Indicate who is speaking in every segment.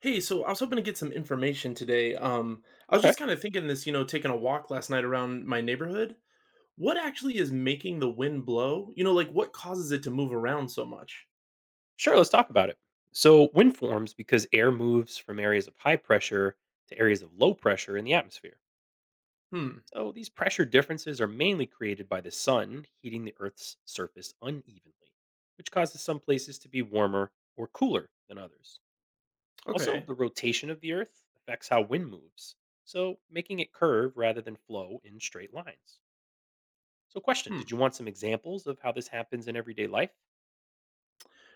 Speaker 1: Hey, so I was hoping to get some information today. I was
Speaker 2: Okay.
Speaker 1: just kind of thinking this, you know, taking a walk last night around my neighborhood. What actually is making the wind blow? You know, like what causes it to move around so much?
Speaker 2: Sure. Let's talk about it. So, wind forms because air moves from areas of high pressure to areas of low pressure in the atmosphere.
Speaker 1: Hmm.
Speaker 2: So, these pressure differences are mainly created by the sun heating the Earth's surface unevenly, which causes some places to be warmer or cooler than others. Also,
Speaker 1: Okay.
Speaker 2: the rotation of the Earth affects how wind moves, so making it curve rather than flow in straight lines. So, question: did
Speaker 1: Hmm.
Speaker 2: you want some examples of how this happens in everyday life?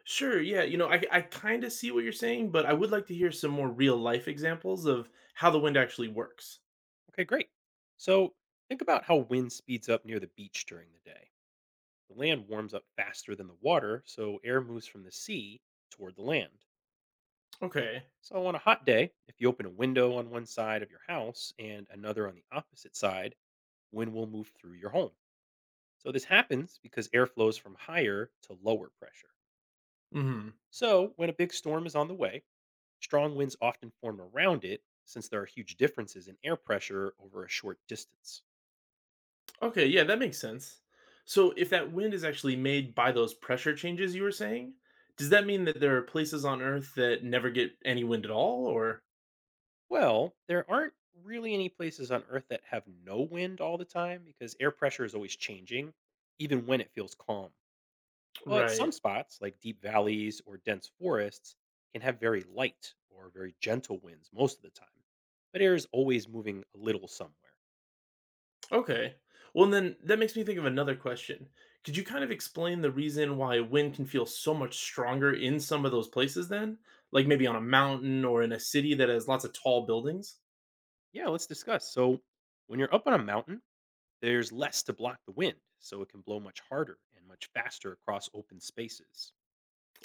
Speaker 1: Sure. Yeah. You know, I kind of see what you're saying, but I would like to hear some more real life examples of how the wind actually works.
Speaker 2: Okay, great. So think about how wind speeds up near the beach during the day. The land warms up faster than the water, so air moves from the sea toward the land.
Speaker 1: Okay.
Speaker 2: So on a hot day, if you open a window on one side of your house and another on the opposite side, wind will move through your home. So this happens because air flows from higher to lower pressure.
Speaker 1: Hmm.
Speaker 2: So when a big storm is on the way, strong winds often form around it since there are huge differences in air pressure over a short distance.
Speaker 1: Okay, yeah, that makes sense. So if that wind is actually made by those pressure changes you were saying, does that mean that there are places on Earth that never get any wind at all or
Speaker 2: Well, there aren't really any places on Earth that have no wind all the time because air pressure is always changing, even when it feels calm. But some
Speaker 1: right.
Speaker 2: spots, like deep valleys or dense forests, can have very light or very gentle winds most of the time. But air is always moving a little somewhere.
Speaker 1: Okay. Well, then that makes me think of another question. Could you kind of explain the reason why wind can feel so much stronger in some of those places then? Like maybe on a mountain or in a city that has lots of tall buildings?
Speaker 2: Yeah, let's discuss. So, when you're up on a mountain, there's less to block the wind, so it can blow much harder and much faster across open spaces.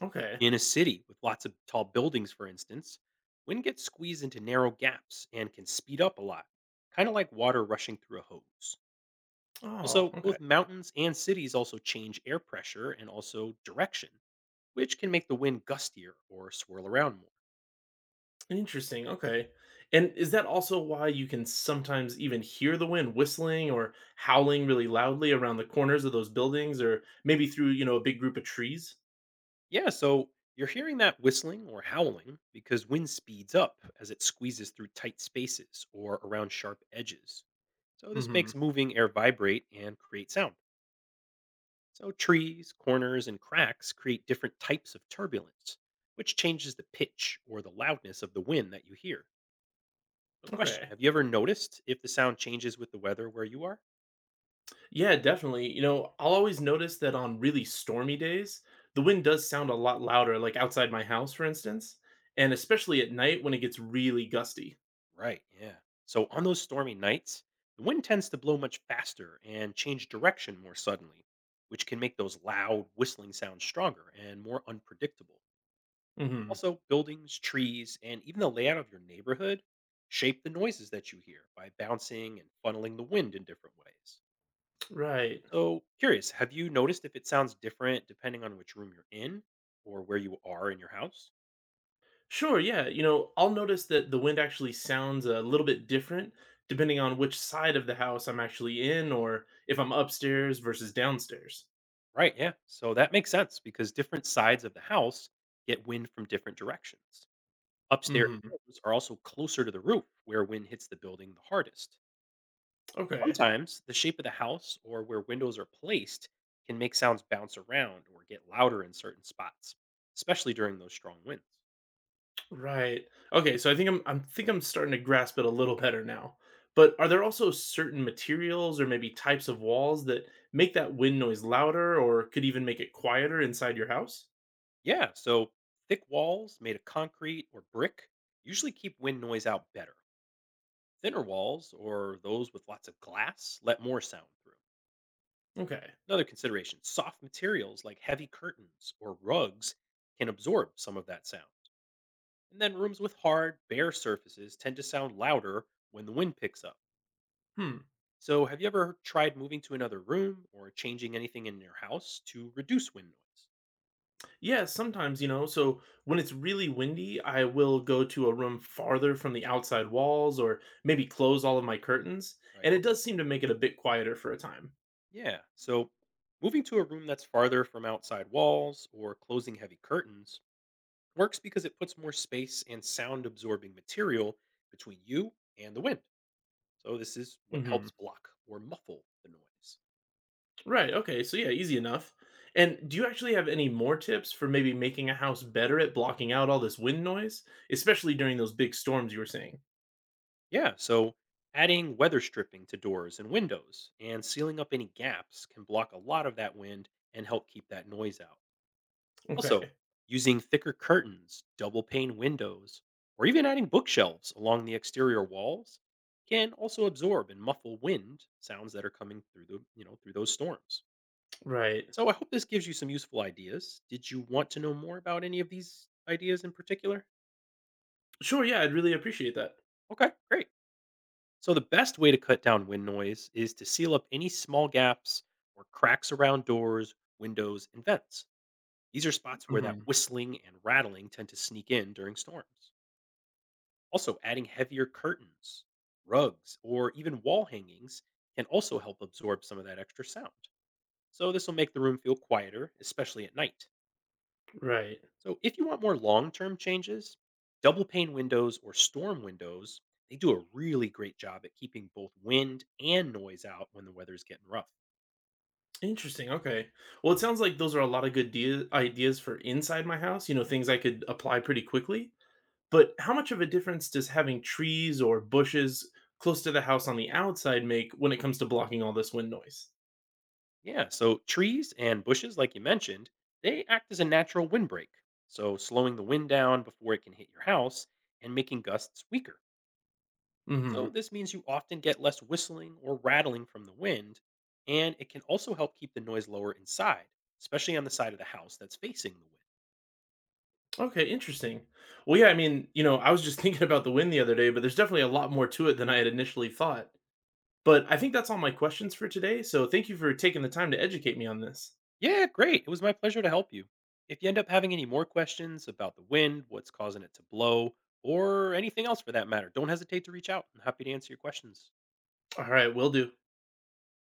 Speaker 1: Okay.
Speaker 2: In a city with lots of tall buildings, for instance, wind gets squeezed into narrow gaps and can speed up a lot, kind of like water rushing through a hose.
Speaker 1: Oh,
Speaker 2: Also,
Speaker 1: okay.
Speaker 2: both mountains and cities also change air pressure and also direction, which can make the wind gustier or swirl around more.
Speaker 1: Interesting, okay. And is that also why you can sometimes even hear the wind whistling or howling really loudly around the corners of those buildings or maybe through, you know, a big group of trees?
Speaker 2: Yeah, so you're hearing that whistling or howling because wind speeds up as it squeezes through tight spaces or around sharp edges. So, this
Speaker 1: Hmm.
Speaker 2: makes moving air vibrate and create sound. So, trees, corners, and cracks create different types of turbulence, which changes the pitch or the loudness of the wind that you hear. No question.
Speaker 1: Okay.
Speaker 2: Have you ever noticed if the sound changes with the weather where you are?
Speaker 1: Yeah, definitely. You know, I'll always notice that on really stormy days, the wind does sound a lot louder, like outside my house, for instance, and especially at night when it gets really gusty.
Speaker 2: Right, yeah. So, on those stormy nights, the wind tends to blow much faster and change direction more suddenly, which can make those loud whistling sounds stronger and more unpredictable.
Speaker 1: Hmm.
Speaker 2: Also, buildings, trees, and even the layout of your neighborhood shape the noises that you hear by bouncing and funneling the wind in different ways.
Speaker 1: Right.
Speaker 2: So, curious, have you noticed if it sounds different depending on which room you're in or where you are in your house?
Speaker 1: Sure, yeah. You know, I'll notice that the wind actually sounds a little bit different depending on which side of the house I'm actually in or if I'm upstairs versus downstairs.
Speaker 2: Right, yeah. So that makes sense because different sides of the house get wind from different directions. Upstairs
Speaker 1: Hmm.
Speaker 2: windows are also closer to the roof where wind hits the building the hardest.
Speaker 1: Okay.
Speaker 2: Sometimes the shape of the house or where windows are placed can make sounds bounce around or get louder in certain spots, especially during those strong winds.
Speaker 1: Right. Okay, so I think I'm starting to grasp it a little better now. But are there also certain materials or maybe types of walls that make that wind noise louder or could even make it quieter inside your house?
Speaker 2: Yeah, so thick walls made of concrete or brick usually keep wind noise out better. Thinner walls or those with lots of glass let more sound through.
Speaker 1: Okay.
Speaker 2: Another consideration: soft materials like heavy curtains or rugs can absorb some of that sound. And then rooms with hard, bare surfaces tend to sound louder when the wind picks up.
Speaker 1: Hmm.
Speaker 2: So, have you ever tried moving to another room or changing anything in your house to reduce wind noise?
Speaker 1: Yeah, sometimes, you know, so when it's really windy, I will go to a room farther from the outside walls or maybe close all of my curtains,
Speaker 2: Right,
Speaker 1: and it
Speaker 2: okay.
Speaker 1: does seem to make it a bit quieter for a time.
Speaker 2: Yeah, so moving to a room that's farther from outside walls or closing heavy curtains works because it puts more space and sound absorbing material between you and the wind. So this is what
Speaker 1: Mhm.
Speaker 2: helps block or muffle the noise.
Speaker 1: Right, okay. So yeah, easy enough. And do you actually have any more tips for maybe making a house better at blocking out all this wind noise, especially during those big storms you were saying?
Speaker 2: Yeah, so adding weather stripping to doors and windows and sealing up any gaps can block a lot of that wind and help keep that noise out. Also,
Speaker 1: Okay.
Speaker 2: using thicker curtains, double pane windows, or even adding bookshelves along the exterior walls can also absorb and muffle wind sounds that are coming through the through those storms.
Speaker 1: Right.
Speaker 2: So I hope this gives you some useful ideas. Did you want to know more about any of these ideas in particular?
Speaker 1: Sure, yeah, I'd really appreciate that.
Speaker 2: Okay, great. So the best way to cut down wind noise is to seal up any small gaps or cracks around doors, windows, and vents. These are spots where that
Speaker 1: Mhm.
Speaker 2: whistling and rattling tend to sneak in during storms. Also, adding heavier curtains, rugs, or even wall hangings can also help absorb some of that extra sound. So this will make the room feel quieter, especially at night.
Speaker 1: Right.
Speaker 2: So if you want more long-term changes, double pane windows or storm windows, they do a really great job at keeping both wind and noise out when the weather's getting rough.
Speaker 1: Interesting, okay. Well, it sounds like those are a lot of good dea ideas for inside my house, you know, things I could apply pretty quickly. But how much of a difference does having trees or bushes close to the house on the outside make when it comes to blocking all this wind noise?
Speaker 2: Yeah, so trees and bushes like you mentioned, they act as a natural windbreak, so slowing the wind down before it can hit your house and making gusts weaker. So
Speaker 1: Hmm.
Speaker 2: this means you often get less whistling or rattling from the wind, and it can also help keep the noise lower inside, especially on the side of the house that's facing the wind.
Speaker 1: Okay, interesting. Well, yeah, I mean, you know, I was just thinking about the wind the other day, but there's definitely a lot more to it than I had initially thought. But I think that's all my questions for today. So thank you for taking the time to educate me on this.
Speaker 2: Yeah, great. It was my pleasure to help you. If you end up having any more questions about the wind, what's causing it to blow, or anything else for that matter, don't hesitate to reach out. I'm happy to answer your questions.
Speaker 1: All right, will do.